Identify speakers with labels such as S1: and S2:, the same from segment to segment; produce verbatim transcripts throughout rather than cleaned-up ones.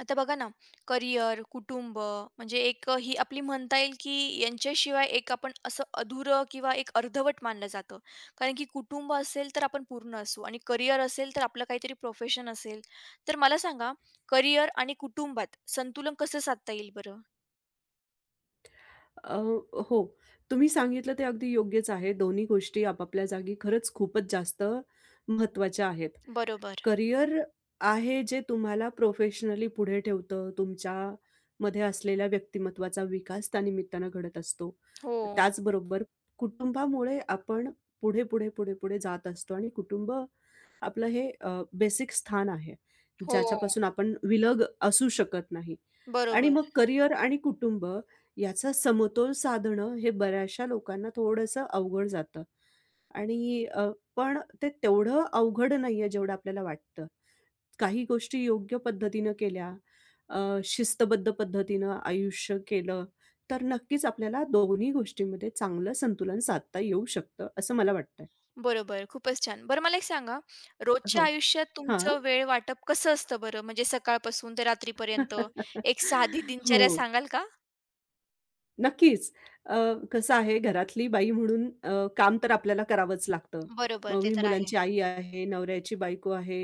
S1: आता बघा ना, करियर, कुटुंब म्हणजे एक ही आपली म्हणता येईल, की यांच्याशिवाय एक आपण असं अधुरं किंवा एक अर्धवट मानलं जातं. कारण की कुटुंब असेल तर आपण पूर्ण असू आणि करियर असेल तर आपलं काहीतरी प्रोफेशन असेल. तर मला सांगा करियर आणि कुटुंबात संतुलन कसं साधता येईल बरं?
S2: अ, हो. तुम्ही सांगितलं ते अगदी योग्यच आहे. दोन्ही गोष्टी आपापल्या जागी खरंच खूपच जास्त महत्त्वाच्या आहेत.
S1: बरोबर.
S2: करिअर आहे जे तुम्हाला प्रोफेशनली पुढे ठेवतं. तुमच्यामध्ये असलेल्या व्यक्तिमत्त्वाचा विकास त्या निमित्तानं घडत असतो.
S1: हो,
S2: त्याचबरोबर कुटुंबामुळे आपण पुढे, पुढे, पुढे, पुढे जात असतो आणि कुटुंब आपलं हे अ, बेसिक स्थान आहे,
S1: हो.
S2: ज्याच्यापासून आपण विलग असू शकत नाही. आणि
S1: बरोबर,
S2: मग करिअर आणि कुटुंब याचा समतोल साधणं हे बऱ्याचशा लोकांना थोडंसं अवघड जातं. आणि अ, पण ते तेवढं अवघड नाहीये जेवढं आपल्याला वाटतं. काही गोष्टी योग्य पद्धतीनं केल्या, अ, शिस्तबद्ध पद्धतीनं आयुष्य केलं, तर नक्कीच आपल्याला दोन्ही गोष्टींमध्ये चांगलं संतुलन साधता येऊ शकतं, असं मला वाटतंय.
S1: बरोबर. खूपच छान. बरं मला एक सांगा, रोजच्या
S2: हो.
S1: आयुष्यात
S2: हां.
S1: तुमचं वेळ वाटप कसं असतं बरं? म्हणजे सकाळपासून ते रात्रीपर्यंत एक साधी दिनचर्या
S2: हो,
S1: सांगाल का?
S2: नक्कीच. अ, कसं आहे, घरातली बाई म्हणून अ, काम तर आपल्याला करावंच लागतं.
S1: बरोबर,
S2: मग
S1: ते
S2: मी
S1: तर आहे.
S2: मुलांची आई आहे, नवऱ्याची बायको आहे,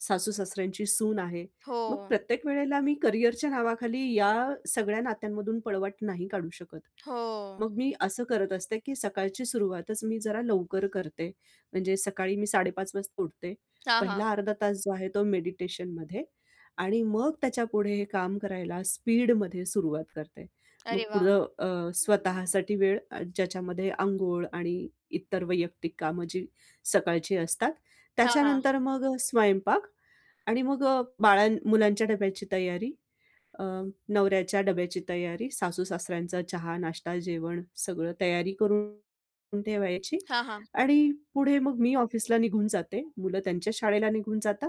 S2: सासू-सासऱ्यांची सून आहे.
S1: हो,
S2: मग प्रत्येक वेळेला मी करिअरच्या नावाखाली या सगळ्या नात्यांमधून पळवाट नाही काढू शकत.
S1: हो.
S2: मग मी असं करत असते, की सकाळची सुरुवातच मी जरा लवकर करते. म्हणजे सकाळी मी साड़ेपाच वाजता उठते.
S1: हां, हां.
S2: पहिला अर्धा तास जो आहे तो मेडिटेशनमध्ये आणि मग त्याच्यापुढे हे काम करायला स्पीडमध्ये सुरुवात करते. मग
S1: अरे वाह!
S2: पुढं अ, स्वतःसाठी वेळ, अ, ज्याच्यामध्ये अंघोळ आणि इतर वैयक्तिक कामं जी सकाळची असतात.
S1: हां, हां.
S2: त्याच्यानंतर मग स्वयंपाक आणि मग अ, बाळां मुलांच्या डब्याची तयारी. अ, नवऱ्याच्या डब्याची तयारी, सासू-सासऱ्यांचा चहा, नाश्ता, जेवण सगळं तयारी करून ठेवायची
S1: हां, हां.
S2: आणि पुढे मग मी ऑफिसला निघून जाते. मुलं त्यांच्या शाळेला निघून जातात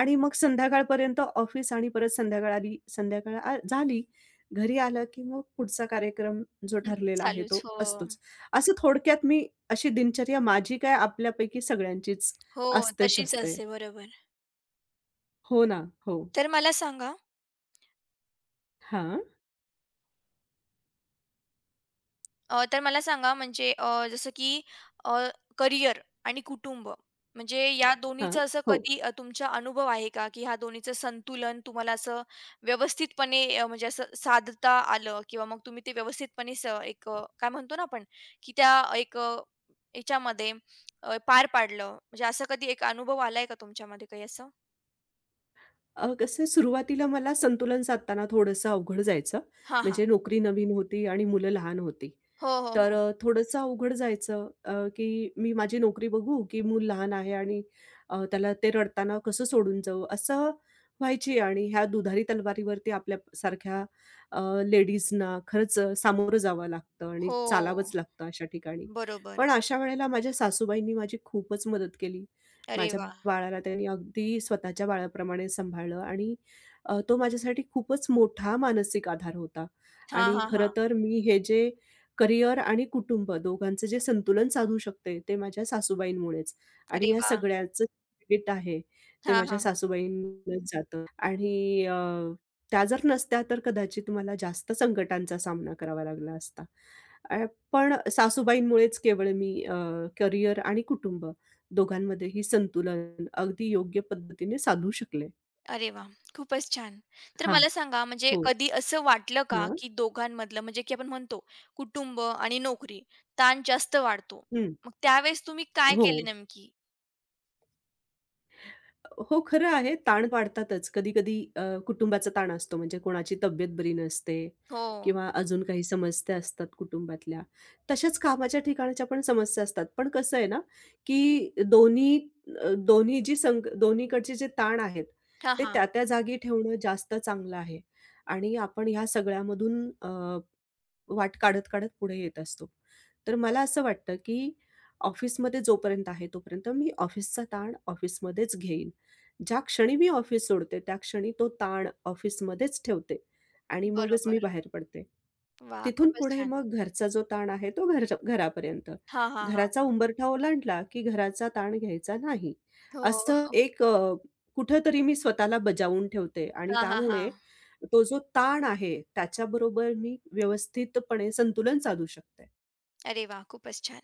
S2: आणि मग संध्याकाळपर्यंत ऑफिस आणि परत संध्याकाळ आली संध्याकाळ आ झाली, घरी आलं की मग पुढचा कार्यक्रम जो
S1: हं,
S2: ठरलेला आहे
S1: चालूच.
S2: तो
S1: हो,
S2: असतोच. असं थोडक्यात मी अशी दिनचर्या माझी काय, आपल्यापैकी सगळ्यांचीच
S1: हो,
S2: असतेच
S1: तशीच
S2: असते.
S1: असते. बरोबर.
S2: हो ना. हो.
S1: तर मला सांगा
S2: हां,
S1: अ, तर मला सांगा म्हणजे अ, जसं की अ, करिअर आणि कुटुंब म्हणजे या
S2: हां.
S1: दोन्हीचं असं
S2: हो.
S1: कधी अ, तुमचा अनुभव आहे का की ह्या दोन्हीचं संतुलन तुम्हाला असं व्यवस्थितपणे अ, म्हणजे असं साधता आलं किंवा मग तुम्ही ते व्यवस्थितपणे स एक अ, काय म्हणतो ना आपण की त्या एक अ, याच्यामध्ये अ, पार पाडलं म्हणजे असं कधी एक अनुभव आलाय का तुमच्यामध्ये काही असं?
S2: अ, कसं, सुरुवातीला मला संतुलन साधताना थोडंसं अवघड जायचं.
S1: हां, हां.
S2: म्हणजे नोकरी नवीन होती आणि मुलं लहान होती.
S1: हो, हो,
S2: तर
S1: हो.
S2: अ, थोडंसं अवघड जायचं, अ, की मी माझी नोकरी बघू, की मूल लहान आहे आणि अ, त्याला ते रडताना कसं सोडून जाऊ, असं व्हायची आणि ह्या दुधारी तलवारीवरती आपल्यासारख्या अ, लेडीजना खरंच अ, सामोरं जावं लागतं आणि
S1: हो.
S2: चालावंच लागतं अशा ठिकाणी.
S1: बरोबर.
S2: पण अशा वेळेला माझ्या सासूबाईंनी माझी खूपच मदत केली.
S1: अरे
S2: माझ्या
S1: वाह!
S2: बाळाला त्यांनी अगदी स्वतःच्या बाळाप्रमाणे सांभाळलं आणि अ, तो माझ्यासाठी खूपच मोठा मानसिक आधार होता
S1: हां,
S2: आणि
S1: हां, हां.
S2: खरं तर मी हे जे करियर आणि कुटुंब दोघांचं जे संतुलन साधू शकते, ते माझ्या सासूबाईंमुळेच आणि
S1: अरे
S2: या
S1: वाह!
S2: सगळ्याचं क्रेडिट आहे, ते
S1: हां,
S2: माझ्या
S1: हां.
S2: सासूबाईंनाच जातं आणि अ, त्या जर नसत्या, तर कदाचित मला जास्त संकटांचा सामना करावा लागला असता. अ, पण सासूबाईंमुळेच केवळ मी अ, करियर आणि कुटुंब दोघांमध्येही संतुलन अगदी योग्य पद्धतीने साधू शकले.
S1: अरे वा, खूपच छान. तर
S2: हां.
S1: मला सांगा म्हणजे
S2: हो.
S1: कधी असं वाटलं का,
S2: हां.
S1: की दोघांमधलं म्हणजे की आपण म्हणतो कुटुंब आणि नोकरी ताण जास्त वाढतो.
S2: हं.
S1: मग त्यावेळेस तुम्ही काय
S2: हो.
S1: केले नेमकी?
S2: हो, खरं आहे. ताण पाडतातच. कधी-कधी अ, कुटुंबाचा ताण असतो, म्हणजे कोणाची तब्येत बरी नसते
S1: हो.
S2: किंवा अजून काही समस्या असतात कुटुंबातल्या. तशाच कामाच्या ठिकाणच्या पण समस्या असतात. पण कसं आहे ना, की दोन्ही अ, दोन्ही जी संग दोन्हीकडचे जे ताण आहेत,
S1: हां,
S2: ते
S1: हां.
S2: त्या-त्या जागी ठेवणं जास्त चांगलं आहे आणि आपण ह्या सगळ्यामधून अ, वाट काढत-काढत पुढे येत असतो. तर मला असं वाटतं, की ऑफिसमध्ये जोपर्यंत आहे, तोपर्यंत मी ऑफिसचा ताण ऑफिसमध्येच घेईन. ज्या क्षणी मी ऑफिस सोडते, त्या क्षणी तो ताण ऑफिसमध्येच ठेवते आणि मगच मी
S1: बरोबर.
S2: बाहेर पडते.
S1: वाह!
S2: तिथून
S1: खूपच
S2: पुढे
S1: छान.
S2: मग घरचा जो ताण आहे, तो घर घरापर्यंत.
S1: हां, हां, हां.
S2: घराचा उंबरठा ओलांडला, की घराचा ताण घ्यायचा नाही. असं
S1: हो.
S2: एक, अ, कुठेतरी मी स्वतःला बजावून ठेवते आणि
S1: हां, हां,
S2: त्यामुळे
S1: हां.
S2: तो जो ताण आहे त्याच्याबरोबर मी व्यवस्थितपणे संतुलन साधू शकते.
S1: अरे वाह! खूपच छान.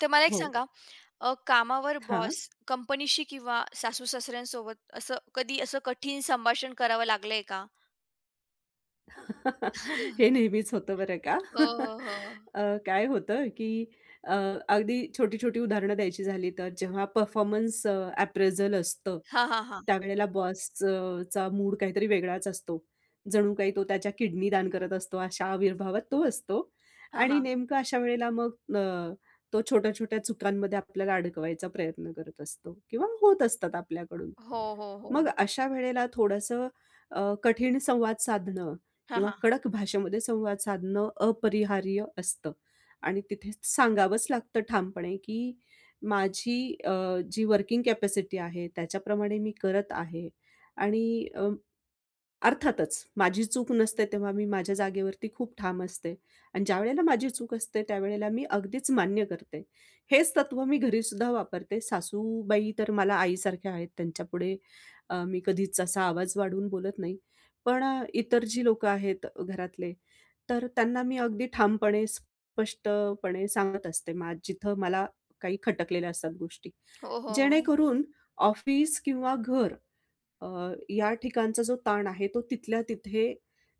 S1: तर मला एक
S2: हो.
S1: सांगा अ, कामावर
S2: हां.
S1: बॉस, कंपनीशी किंवा सासू-सासऱ्यांसोबत असं कधी असं कठीण संभाषण करावं लागलंय का?
S2: हे नेहमीच होतं बरं का.
S1: हो, हो, हो.
S2: अ, काय होतं, की अ, अगदी छोटी-छोटी उदाहरणं द्यायची झाली तर जेव्हा परफॉर्मन्स अ, अप्रेझल असतं,
S1: हां, हां, हां.
S2: त्यावेळेला बॉस चा मूड काहीतरी वेगळाच असतो. जणू काही तो त्याच्या किडनी दान करत असतो, अशा आविर्भावात तो असतो
S1: हां,
S2: आणि
S1: हां.
S2: नेमकं अशा वेळेला मग अ, तो छोट्या-छोट्या चुकांमध्ये आपल्याला अडकवायचा प्रयत्न करत असतो किंवा होत असतात आपल्याकडून.
S1: हो, हो,
S2: मग
S1: हो.
S2: अशा वेळेला थोडंसं अ, कठीण संवाद साधणं
S1: हां,
S2: किंवा
S1: हां.
S2: कडक भाषेमध्ये संवाद साधणं अपरिहार्य असतं आणि तिथे सांगावंच लागतं ठामपणे, की माझी, अ, जी वर्किंग कॅपॅसिटी आहे त्याच्याप्रमाणे मी करत आहे आणि अ, अर्थातच माझी चूक नसते तेव्हा मी माझ्या जागेवरती खूप ठाम असते आणि ज्यावेळेला माझी चूक असते त्यावेळेला मी अगदीच मान्य करते. हेच तत्त्व मी घरी घरीसुद्धा वापरते. सासूबाई तर मला आईसारख्या आहेत. त्यांच्यापुढे अ, मी कधीच असा आवाज वाढवून बोलत नाही. पण अ, इतर जी लोकं आहेत घरातले, तर त्यांना मी अगदी ठामपणे, स्पष्टपणे सांगत असते, मा जिथं मला काही खटकलेल्या असतात गोष्टी.
S1: हो, हो, हो.
S2: जेणेकरून ऑफिस किंवा घर, अ, या ठिकाणचा जो ताण आहे तो तिथल्या तिथे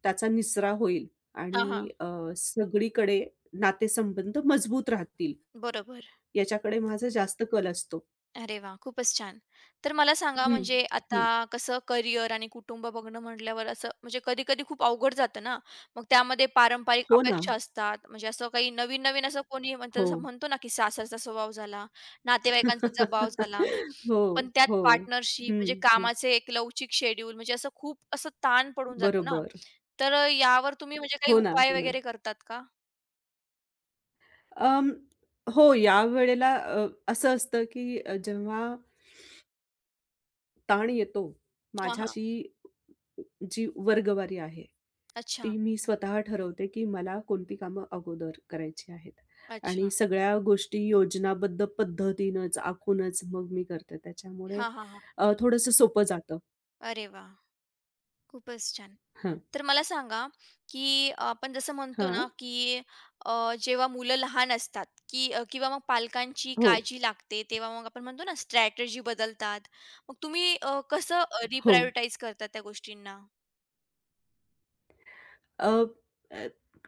S2: त्याचा निसरा होईल
S1: हां,
S2: आणि
S1: हां.
S2: अ, सगळीकडे नातेसंबंध मजबूत राहतील,
S1: बरोबर.
S2: याच्याकडे माझा जास्त कल असतो.
S1: अरे वाह! खूपच छान. तर मला सांगा
S2: हं,
S1: म्हणजे आता
S2: हं.
S1: कसं करियर आणि कुटुंब बघणं म्हटल्यावर असं म्हणजे कधी-कधी खूप अवघड जातं ना. मग त्यामध्ये पारंपरिक
S2: हो ना.
S1: अपेक्षा असतात. म्हणजे असं काही नवीन-नवीन असं कोणी म्हणतं
S2: हो.
S1: जसं म्हणतो ना, की सासरचा स्वभाव झाला, नातेवाईकांचा दबाव झाला.
S2: हो,
S1: पण त्यात
S2: हो.
S1: पार्टनरशिप
S2: हं,
S1: म्हणजे
S2: हं.
S1: कामाचे एक लवचिक शेड्यूल म्हणजे असं खूप असं ताण पडून जातो ना.
S2: बरोबर.
S1: तर यावर तुम्ही म्हणजे काही
S2: हो ना,
S1: उपाय
S2: हो ना.
S1: वगैरे करतात का?
S2: अं, हो, यावेळेला अ, असं असतं की अ, जेव्हा ताण येतो,
S1: हां, हां.
S2: माझ्याची जी वर्गवारी आहे
S1: अच्छा.
S2: ती मी स्वतः ठरवते, की मला कोणती कामं अगोदर करायची आहेत
S1: अच्छा.
S2: आणि सगळ्या गोष्टी योजनाबद्ध पद्धतीनंच, आखूनच मग मी करते. त्याच्यामुळे
S1: हां, हां, हां.
S2: अ, थोडंसं सोपं जातं.
S1: अरे वाह! खूपच छान.
S2: हां,
S1: तर मला सांगा, की आपण जसं म्हणतो
S2: हां.
S1: ना, की अ, जेव्हा मुलं लहान असतात, की अ, किंवा मग पालकांची
S2: हो,
S1: काळजी लागते, तेव्हा मग आपण म्हणतो ना, स्ट्रॅटेजी बदलतात. मग तुम्ही अ, कसं अ,
S2: हो.
S1: रिप्रायोरिटाईज करतात त्या गोष्टींना?
S2: अ, अ,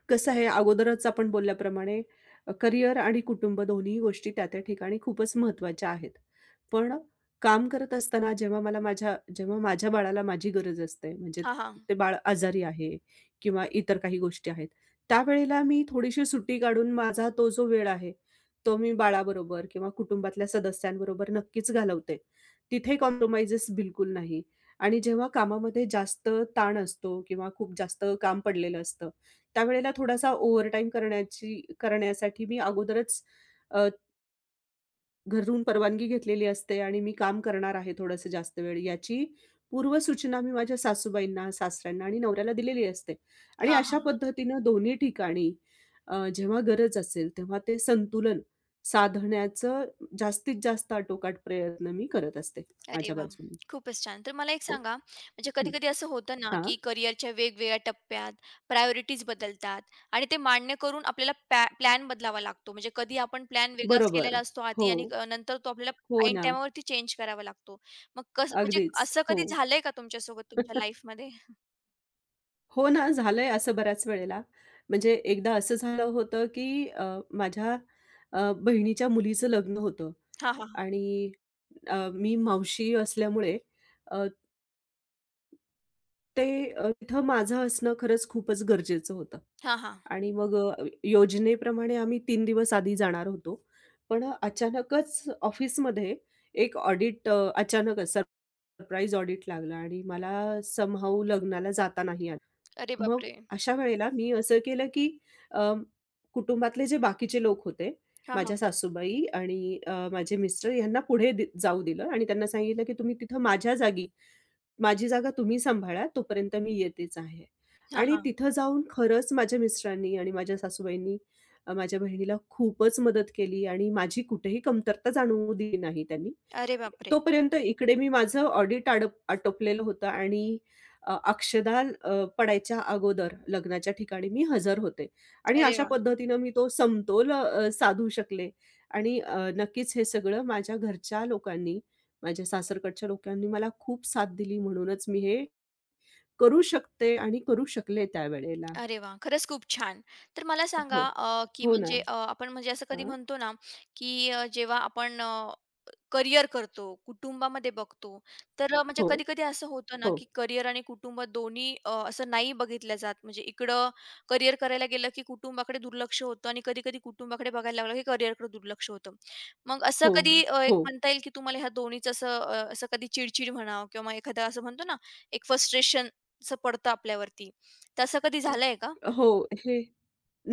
S2: कसं आहे, अगोदरच आपण बोलल्याप्रमाणे अ, करिअर आणि कुटुंब दोन्ही गोष्टी त्या त्या ठिकाणी खूपच महत्त्वाच्या आहेत. पण काम करत असताना जेव्हा मला माझ्या जेव्हा माझ्या बाळाला माझी गरज असते, म्हणजे
S1: हां, हां.
S2: ते बाळ आजारी आहे किंवा इतर काही गोष्टी आहेत, त्यावेळेला मी थोडीशी सुट्टी काढून माझा तो जो वेळ आहे, तो मी बाळाबरोबर किंवा कुटुंबातल्या सदस्यांबरोबर नक्कीच घालवते. तिथे कॉम्प्रोमाइज़ेस बिलकुल नाही. आणि जेव्हा कामामध्ये जास्त ताण असतो किंवा खूप जास्त काम पडलेलं असतं, त्यावेळेला थोडासा ओव्हरटाईम करण्याची करण्यासाठी मी अगोदरच अ, घरून परवानगी घेतलेली असते आणि मी काम करणार आहे थोडंसं जास्त वेळ, याची पूर्वसूचना मी माझ्या सासूबाईंना, सासऱ्यांना आणि नवऱ्याला दिलेली असते. आणि
S1: हां,
S2: अशा
S1: हां.
S2: पद्धतीनं दोन्ही ठिकाणी अ, जेव्हा गरज असेल तेव्हा ते संतुलन साधण्याचं जास्तीत जास्त आटोकाट प्रयत्न मी करत असते
S1: अरे
S2: माझ्या
S1: वा,
S2: बाजूने.
S1: खूपच छान. तर मला एक
S2: हो.
S1: सांगा, म्हणजे
S2: हं.
S1: कधी-कधी असं होतं ना,
S2: हां.
S1: की करिअरच्या वेगवेगळ्या टप्प्यात प्रायोरिटीज बदलतात आणि ते मान्य करून आपल्याला पॅ प्लॅन बदलावा लागतो. म्हणजे कधी आपण प्लॅन वेगळाच
S2: बरोबर.
S1: केलेला असतो आधी
S2: हो.
S1: आणि अ, नंतर तो आपल्याला
S2: हो
S1: ऐन
S2: ना.
S1: टाईमावरती चेंज करावा लागतो. मग कसं म्हणजे
S2: अगदीच.
S1: असं
S2: हो.
S1: कधी झालंय का तुमच्यासोबत तुमच्या लाईफमध्ये?
S2: हो ना, झालंय असं बऱ्याच वेळेला. म्हणजे एकदा असं झालं होतं, की अ, माझ्या अ, बहिणीच्या मुलीचं लग्न होतं
S1: हां, हां.
S2: आणि अ, मी मावशी असल्यामुळे, अ, ते अ, तिथं माझं असणं खरंच खूपच गरजेचं होतं.
S1: हां, हां.
S2: आणि मग अ, योजनेप्रमाणे आम्ही तीन दिवस आधी जाणार होतो. पण अ, अचानकच ऑफिसमध्ये एक ऑडिट, अ, अचानकच सरप्राईज ऑडिट लागला आणि मला समहाऊ लग्नाला जाता नाही आलं.
S1: अरे
S2: मग
S1: बापरे!
S2: अशा वेळेला मी असं केलं की अ, कुटुंबातले जे बाकीचे लोक होते,
S1: हां, हां.
S2: माझ्या सासूबाई आणि अ, माझे मिस्टर, यांना पुढे दि जाऊ दिलं आणि त्यांना सांगितलं की तुम्ही तिथं माझ्या जागी, माझी जागा तुम्ही सांभाळा, तोपर्यंत मी येतेच आहे.
S1: हां,
S2: आणि
S1: हां.
S2: तिथं जाऊन खरंच माझ्या मिस्टरांनी आणि माझ्या सासूबाईंनी अ, माझ्या बहिणीला खूपच मदत केली आणि माझी कुठेही कमतरता जाणवू दिली नाही त्यांनी.
S1: अरे बापरे!
S2: तोपर्यंत इकडे मी माझं ऑडिट आडप आटोपलेलं होतं आणि अ, अक्षदान अ, पडायच्या अगोदर लग्नाच्या ठिकाणी मी हजर होते आणि
S1: अरे
S2: अशा
S1: वाह!
S2: पद्धतीनं मी तो समतोल अ, साधू शकले आणि अ, नक्कीच हे सगळं माझ्या घरच्या लोकांनी, माझ्या सासरकडच्या लोकांनी मला खूप साथ दिली म्हणूनच मी हे करू शकते आणि करू शकले त्यावेळेला.
S1: अरे वाह! खरंच खूप छान. तर मला
S2: हो.
S1: सांगा अ, की
S2: हो ना.
S1: म्हणजे अ, आपण म्हणजे असं कधी
S2: हां.
S1: म्हणतो ना, की अ, जेव्हा आपण अ, करिअर करतो, कुटुंबामध्ये बघतो, तर अ, म्हणजे
S2: हो,
S1: कधी-कधी असं होतं ना,
S2: हो,
S1: की करिअर आणि कुटुंब दोन्ही अ, असं नाही बघितलं जात. म्हणजे इकडं करिअर करायला गेलं, की कुटुंबाकडे दुर्लक्ष होतं आणि कधी-कधी कुटुंबाकडे बघायला लागलं, की करिअरकडे दुर्लक्ष होतं. मग असं
S2: हो,
S1: कधी अ, एक
S2: हो.
S1: म्हणता येईल, की तुम्हाला ह्या दोन्हीचं असं अ, असं कधी चिड म्हणावं किंवा मग एखादं असं म्हणतो ना, एक फ्रस्ट्रेशन असं पडतं आपल्यावरती. तसं कधी झालंय का?
S2: हो, हे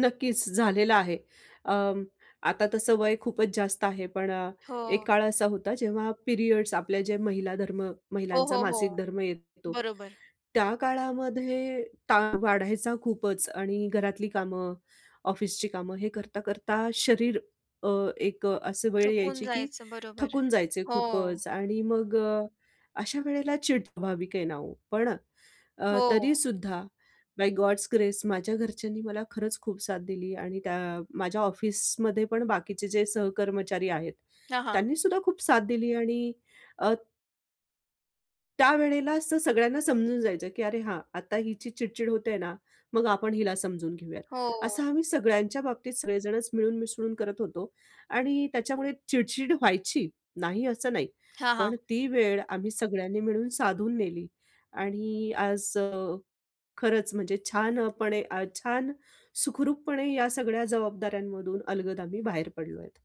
S2: नक्कीच झालेलं आहे. अं, आता तसं वय खूपच जास्त आहे, पण अ,
S1: हो.
S2: एक काळ असा होता जेव्हा पिरियड्स, आपल्या जे महिला धर्म
S1: हो,
S2: महिलांचा
S1: हो, हो.
S2: मासिक धर्म येतो,
S1: बरोबर.
S2: त्या काळामध्ये ताण वाढायचा खूपच आणि घरातली कामं, ऑफिसची कामं हे करता-करता शरीर, अ, एक अ, वेळ
S1: थकून
S2: यायची की
S1: जायचं. बरोबर.
S2: थकून जायचे
S1: हो.
S2: खूपच आणि मग अ, अशा वेळेला चिडतो, भाविक आहे ना हो. पण अ,
S1: हो.
S2: बाय गॉड्स ग्रेस माझ्या घरच्यांनी मला खरंच खूप साथ दिली आणि त्या माझ्या ऑफिसमध्ये पण बाकीचे जे सहकर्मचारी आहेत,
S1: हां, हां.
S2: त्यांनी सुद्धा खूप साथ दिली आणि अ, त्यावेळेला असं सगळ्यांना समजून जायचं, की "अरे हां, आता हिची चिडचिड होते ना, मग आपण हिला समजून घेऊयात."
S1: हो.
S2: असं आम्ही सगळ्यांच्या बाबतीत सगळेजणच मिळून मिसळून करत होतो आणि त्याच्यामुळे चिडचिड व्हायची, नाही असं नाही.
S1: हां, हां.
S2: पण ती वेळ आम्ही सगळ्यांनी मिळून साधून नेली आणि आज खरंच म्हणजे छानपणे, अ, छान सुखरूपपणे या सगळ्या जबाबदाऱ्यांमधून अलगद आम्ही बाहेर पडलो आहेत.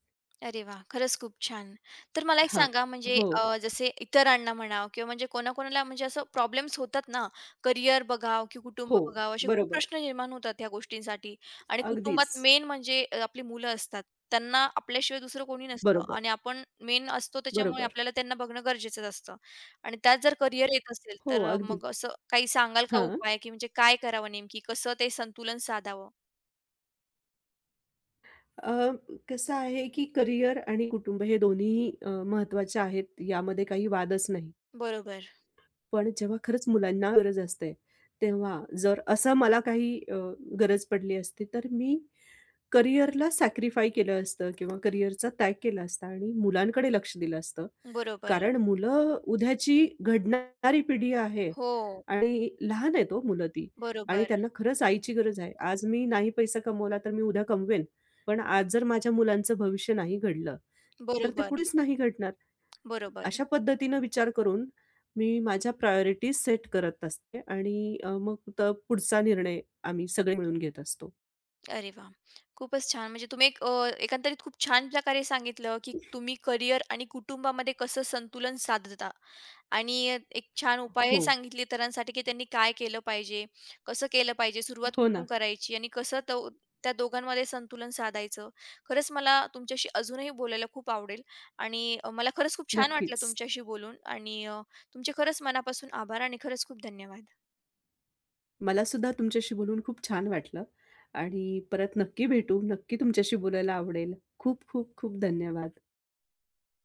S1: अरे वा, खरंच खूप छान. तर मला एक
S2: हां.
S1: सांगा म्हणजे
S2: हो,
S1: अ, जसे इतरांना म्हणा किंवा म्हणजे कोणाकोणाला म्हणजे असं प्रॉब्लेम्स होतात ना, करियर बघावं की कुटुंब
S2: हो.
S1: बघावं असे खूप
S2: बरोबर.
S1: प्रश्न निर्माण होतात ह्या गोष्टींसाठी आणि
S2: अगदीच.
S1: कुटुंबात मेन म्हणजे अ, आपली मुलं असतात. त्यांना आपल्याशिवाय दुसरं कोणी नसतं
S2: बरोबर,
S1: आणि आपण मेन असतो त्याच्यामुळे
S2: बरोबर.
S1: आपल्याला त्यांना बघणं गरजेचंच असतं आणि त्यात जर करियर येत असेल
S2: हो,
S1: तर अ,
S2: अगदी.
S1: मग असं काही सांगाल का
S2: हां.
S1: उपाय की म्हणजे काय करावं नेमकी? कसं ते संतुलन साधावं?
S2: अ, कसं आहे, की करिअर आणि कुटुंब हे दोन्हीही अ, महत्त्वाचे आहेत, यामध्ये काही वादच नाही.
S1: बरोबर,
S2: पण जेव्हा खरंच मुलांना गरज असते, तेव्हा जर असं मला काही अ, गरज पडली असती, तर मी करिअरला सॅक्रिफाय केलं असतं किंवा करिअरचा त्याग केला असता आणि मुलांकडे लक्ष दिलं असतं.
S1: बरोबर.
S2: कारण मुलं उद्याची घडणारी पिढी आहे
S1: हो,
S2: आणि लहान आहेत हो मुलं ती, आणि
S1: बरोबर,
S2: त्यांना खरंच आईची गरज आहे. आज मी नाही पैसा कमवला, तर मी उद्या कमवेन. पण आज जर माझ्या मुलांचं भविष्य नाही घडलं, तर ते
S1: बरोबर.
S2: पुढेच नाही घडणार.
S1: बरोबर.
S2: अशा पद्धतीनं विचार करून मी माझ्या प्रायोरिटीज सेट करत असते आणि अ, मग त पुढचा निर्णय आम्ही सगळे मिळून घेत असतो.
S1: अरे वाह! खूपच छान. म्हणजे तुम्ही एक अ, एकंदरीत खूप छान प्रकारे सांगितलं, की तुम्ही करिअर आणि कुटुंबामध्ये कसं संतुलन साधता आणि एक छान उपायही
S2: हो,
S1: सांगितले इतरांसाठी, की त्यांनी काय केलं पाहिजे, कसं केलं पाहिजे, सुरुवात
S2: हो
S1: कुठून
S2: ना.
S1: करायची आणि कसं तो त्या दोघांमध्ये संतुलन साधायचं. खरंच मला तुमच्याशी अजूनही बोलायला खूप आवडेल आणि अ, मला खरंच खूप छान वाटलं
S2: नक्कीच.
S1: तुमच्याशी बोलून आणि अ, तुमचे खरंच मनापासून आभार आणि खरंच खूप धन्यवाद.
S2: मला सुद्धा तुमच्याशी बोलून खूप छान वाटलं आणि परत नक्की भेटू. नक्की तुमच्याशी बोलायला आवडेल. खूप खूप खूप धन्यवाद.